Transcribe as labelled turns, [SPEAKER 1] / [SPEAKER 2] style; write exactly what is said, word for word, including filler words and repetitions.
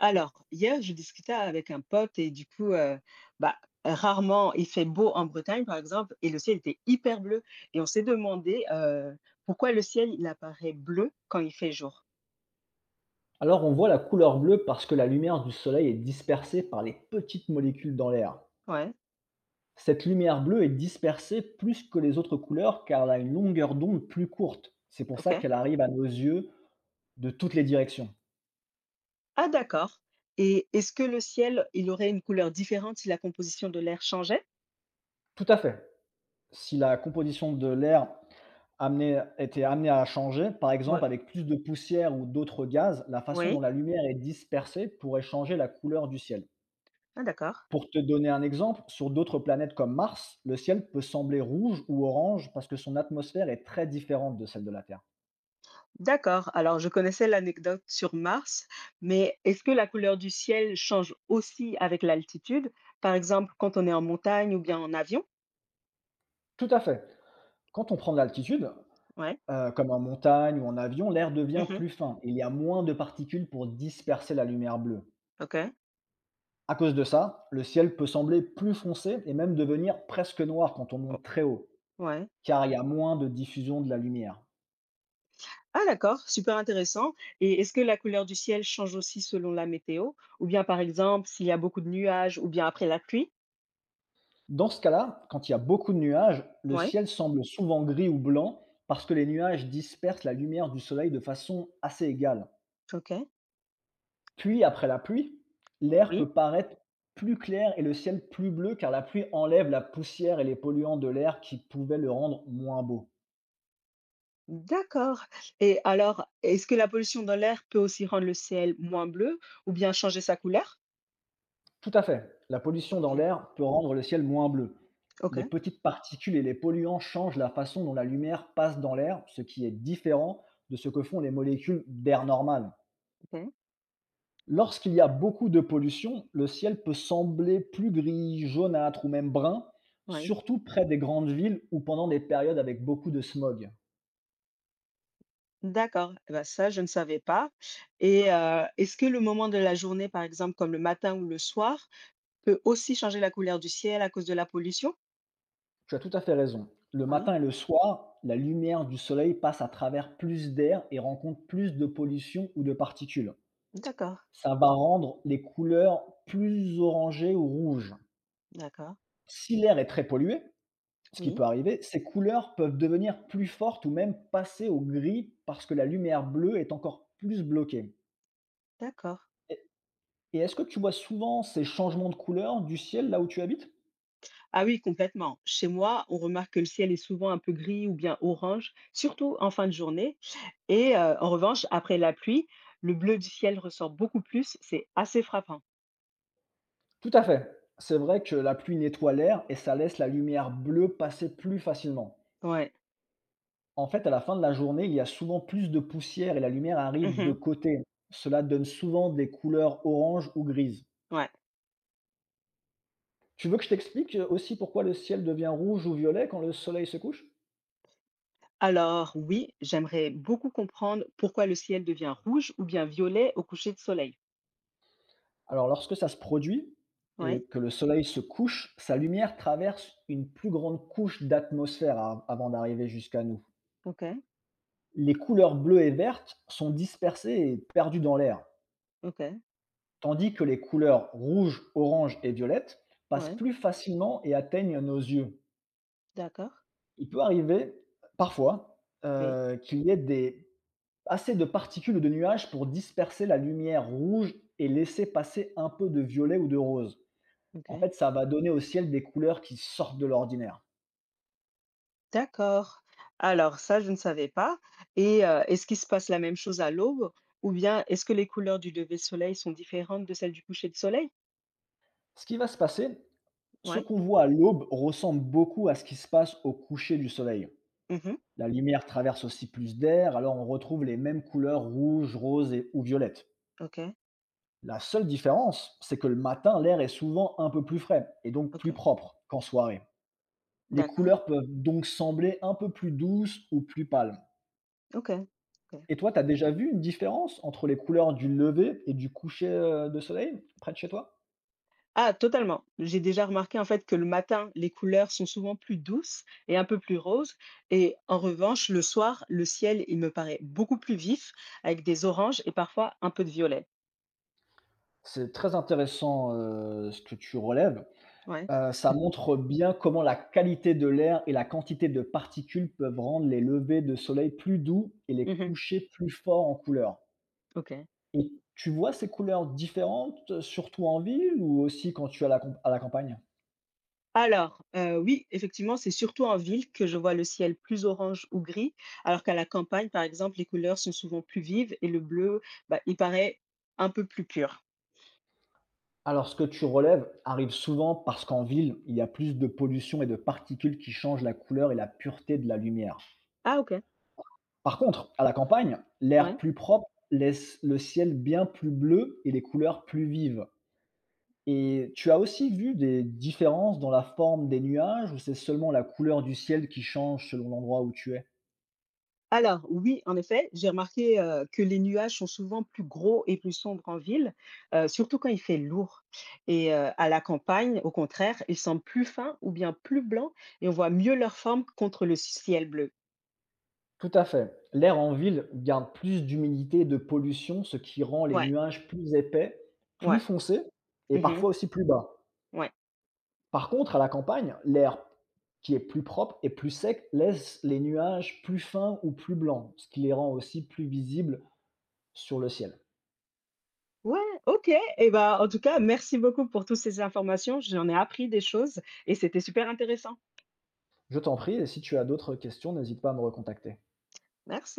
[SPEAKER 1] Alors, hier, je discutais avec un pote et du coup, euh, bah, rarement il fait beau en Bretagne, par exemple, et le ciel était hyper bleu. Et on s'est demandé euh, pourquoi le ciel il apparaît bleu quand il fait jour.
[SPEAKER 2] Alors on voit la couleur bleue parce que la lumière du soleil est dispersée par les petites molécules dans l'air.
[SPEAKER 1] Ouais,
[SPEAKER 2] Cette lumière bleue est dispersée plus que les autres couleurs car elle a une longueur d'onde plus courte. C'est pour ça
[SPEAKER 1] ok.
[SPEAKER 2] qu'elle arrive à nos yeux de toutes les directions.
[SPEAKER 1] Ah, d'accord. Et est-ce que le ciel, il aurait une couleur différente si la composition de l'air changeait?
[SPEAKER 2] Tout à fait. Si la composition de l'air amenait- était amenée à changer, par
[SPEAKER 1] Oui.
[SPEAKER 2] exemple avec plus de poussière ou d'autres gaz, la façon dont
[SPEAKER 1] Oui.
[SPEAKER 2] la lumière est dispersée pourrait changer la couleur du ciel.
[SPEAKER 1] Ah, d'accord.
[SPEAKER 2] Pour te donner un exemple, sur d'autres planètes comme Mars, le ciel peut sembler rouge ou orange parce que son atmosphère est très différente de celle de la Terre.
[SPEAKER 1] D'accord. Alors, je connaissais l'anecdote sur Mars, mais est-ce que la couleur du ciel change aussi avec l'altitude, par exemple quand on est en montagne ou bien en avion?
[SPEAKER 2] Tout à fait. Quand on prend de l'altitude,
[SPEAKER 1] Ouais.
[SPEAKER 2] euh, comme en montagne ou en avion, l'air devient
[SPEAKER 1] Mmh.
[SPEAKER 2] plus fin. Il y a moins de particules pour disperser la lumière bleue.
[SPEAKER 1] OK.
[SPEAKER 2] À cause de ça, le ciel peut sembler plus foncé et même devenir presque noir quand on
[SPEAKER 1] O
[SPEAKER 2] monte très haut,
[SPEAKER 1] ouais.
[SPEAKER 2] car il y a moins de diffusion de la lumière.
[SPEAKER 1] Ah d'accord, super intéressant, et est-ce que la couleur du ciel change aussi selon la météo? Ou bien, par exemple, s'il y a beaucoup de nuages ou bien après la pluie?
[SPEAKER 2] Dans ce cas-là, quand il y a beaucoup de nuages, le
[SPEAKER 1] Ouais.
[SPEAKER 2] ciel semble souvent gris ou blanc parce que les nuages dispersent la lumière du soleil de façon assez égale.
[SPEAKER 1] OK.
[SPEAKER 2] Puis, après la pluie, l'air
[SPEAKER 1] Oui.
[SPEAKER 2] peut paraître plus clair et le ciel plus bleu car la pluie enlève la poussière et les polluants de l'air qui pouvaient le rendre moins beau.
[SPEAKER 1] D'accord, et alors, est-ce que la pollution dans l'air peut aussi rendre le ciel moins bleu ou bien changer sa couleur?
[SPEAKER 2] Tout à fait, la pollution dans
[SPEAKER 1] OK.
[SPEAKER 2] l'air peut rendre le ciel moins bleu. Les
[SPEAKER 1] OK.
[SPEAKER 2] petites particules et les polluants changent la façon dont la lumière passe dans l'air, ce qui est différent de ce que font les molécules d'air normal.
[SPEAKER 1] OK.
[SPEAKER 2] Lorsqu'il y a beaucoup de pollution, le ciel peut sembler plus gris, jaunâtre ou même brun,
[SPEAKER 1] Oui.
[SPEAKER 2] surtout près des grandes villes ou pendant des périodes avec beaucoup de smog.
[SPEAKER 1] D'accord et bah, ça, je ne savais pas, et heu, est-ce que le moment de la journée, par exemple, comme le matin ou le soir, peut aussi changer la couleur du ciel à cause de la pollution?
[SPEAKER 2] Tu as tout à fait raison. Le
[SPEAKER 1] Oui,
[SPEAKER 2] matin et le soir, la lumière du soleil passe à travers plus d'air et rencontre plus de pollution ou de particules.
[SPEAKER 1] d'accord,
[SPEAKER 2] Ça va rendre les couleurs plus orangées ou rouges.
[SPEAKER 1] d'accord,
[SPEAKER 2] Si l'air est très pollué, ce qui
[SPEAKER 1] oui,
[SPEAKER 2] peut arriver, ces couleurs peuvent devenir plus fortes ou même passer au gris parce que la lumière bleue est encore plus bloquée.
[SPEAKER 1] d'accord.
[SPEAKER 2] Et est-ce que tu vois souvent ces changements de couleur du ciel là où tu habites?
[SPEAKER 1] Ah oui, complètement. Chez moi, on remarque que le ciel est souvent un peu gris ou bien orange, surtout en fin de journée. Et euh, en revanche, après la pluie, le bleu du ciel ressort beaucoup plus. C'est assez frappant.
[SPEAKER 2] Tout à fait. C'est vrai que la pluie nettoie l'air et ça laisse la lumière bleue passer plus facilement.
[SPEAKER 1] Ouais.
[SPEAKER 2] En fait, à la fin de la journée, il y a souvent plus de poussière et la lumière arrive de
[SPEAKER 1] Mhm,
[SPEAKER 2] côté. Cela donne souvent des couleurs orange ou grise.
[SPEAKER 1] ouais.
[SPEAKER 2] Tu veux que je t'explique euh, aussi pourquoi le ciel devient rouge ou violet quand le soleil se couche?
[SPEAKER 1] Alors oui, j'aimerais beaucoup comprendre pourquoi le ciel devient rouge ou bien violet au coucher de soleil.
[SPEAKER 2] Alors, lorsque ça se produit et
[SPEAKER 1] Oui,
[SPEAKER 2] que le soleil se couche, sa lumière traverse une plus grande couche d'atmosphère a- avant d'arriver jusqu'à nous.
[SPEAKER 1] ok,
[SPEAKER 2] Les couleurs bleues et vertes sont dispersées et perdues dans l'air,
[SPEAKER 1] ok,
[SPEAKER 2] tandis que les couleurs rouge, orange et violette passent
[SPEAKER 1] ouais,
[SPEAKER 2] plus facilement et atteignent nos yeux.
[SPEAKER 1] d'accord.
[SPEAKER 2] Il peut arriver, parfois,
[SPEAKER 1] Oui,
[SPEAKER 2] heu, qu'il y ait des assez de particules ou de nuages pour disperser la lumière rouge et laisser passer un peu de violet ou de rose.
[SPEAKER 1] ok.
[SPEAKER 2] En fait, ça va donner au ciel des couleurs qui sortent de l'ordinaire.
[SPEAKER 1] D'accord. Alors ça, je ne savais pas, et heu, est-ce qu'il se passe la même chose à l'aube ou bien est-ce que les couleurs du lever de soleil sont différentes de celles du coucher de soleil?
[SPEAKER 2] Ce qui va se passer, ce
[SPEAKER 1] Ouais.
[SPEAKER 2] qu'on voit à l'aube ressemble beaucoup à ce qui se passe au coucher du soleil.
[SPEAKER 1] Mmh.
[SPEAKER 2] La lumière traverse aussi plus d'air, alors on retrouve les mêmes couleurs rouge, rose et, ou violette.
[SPEAKER 1] OK,
[SPEAKER 2] La seule différence, c'est que le matin, l'air est souvent un peu plus frais et donc plus
[SPEAKER 1] OK.
[SPEAKER 2] propre qu'en soirée. Les
[SPEAKER 1] D'accord.
[SPEAKER 2] couleurs peuvent donc sembler un peu plus douces ou plus pâles.
[SPEAKER 1] OK, OK.
[SPEAKER 2] Et toi, tu as déjà vu une différence entre les couleurs du lever et du coucher euh, de soleil près de chez toi?
[SPEAKER 1] Ah totalement. J'ai déjà remarqué en fait que le matin, les couleurs sont souvent plus douces et un peu plus roses, et en revanche, le soir, le ciel, il me paraît beaucoup plus vif avec des oranges et parfois un peu de violet.
[SPEAKER 2] C'est très intéressant, euh, ce que tu relèves.
[SPEAKER 1] Ouais.
[SPEAKER 2] Heu, ça montre bien comment la qualité de l'air et la quantité de particules peuvent rendre les levées de soleil plus doux et les
[SPEAKER 1] Mmh.
[SPEAKER 2] couchers plus forts en couleur.
[SPEAKER 1] OK.
[SPEAKER 2] Et tu vois ces couleurs différentes, euh, surtout en ville ou aussi quand tu es à la camp à la campagne?
[SPEAKER 1] Alors, heu, oui, effectivement, c'est surtout en ville que je vois le ciel plus orange ou gris, alors qu'à la campagne, par exemple, les couleurs sont souvent plus vives et le bleu, bah, il paraît un peu plus pur.
[SPEAKER 2] Alors ce que tu relèves arrive souvent parce qu'en ville, il y a plus de pollution et de particules qui changent la couleur et la pureté de la lumière.
[SPEAKER 1] Ah OK,
[SPEAKER 2] Par contre, à la campagne, l'air
[SPEAKER 1] ouais.
[SPEAKER 2] plus propre laisse le ciel bien plus bleu et les couleurs plus vives. Et tu as aussi vu des différences dans la forme des nuages ou c'est seulement la couleur du ciel qui change selon l'endroit où tu es?
[SPEAKER 1] Alors oui, en effet, j'ai remarqué, heu, que les nuages sont souvent plus gros et plus sombres en ville, heu, surtout quand il fait lourd, et heu, à la campagne, au contraire, ils semblent plus fins ou bien plus blancs et on voit mieux leur forme contre le ciel bleu.
[SPEAKER 2] Tout à fait. L'air en ville garde plus d'humidité et de pollution, ce qui rend les
[SPEAKER 1] Ouais,
[SPEAKER 2] nuages plus épais, plus
[SPEAKER 1] ouais.
[SPEAKER 2] foncés et
[SPEAKER 1] Mmh.
[SPEAKER 2] parfois aussi plus bas.
[SPEAKER 1] Ouais.
[SPEAKER 2] Par contre, à la campagne, l'air qui est plus propre et plus sec laisse les nuages plus fins ou plus blancs, ce qui les rend aussi plus visibles sur le ciel.
[SPEAKER 1] Ouais, OK, et ben, en tout cas, merci beaucoup pour toutes ces informations. J'en ai appris des choses et c'était super intéressant.
[SPEAKER 2] Je t'en prie, et si tu as d'autres questions, n'hésite pas à me recontacter.
[SPEAKER 1] Merci.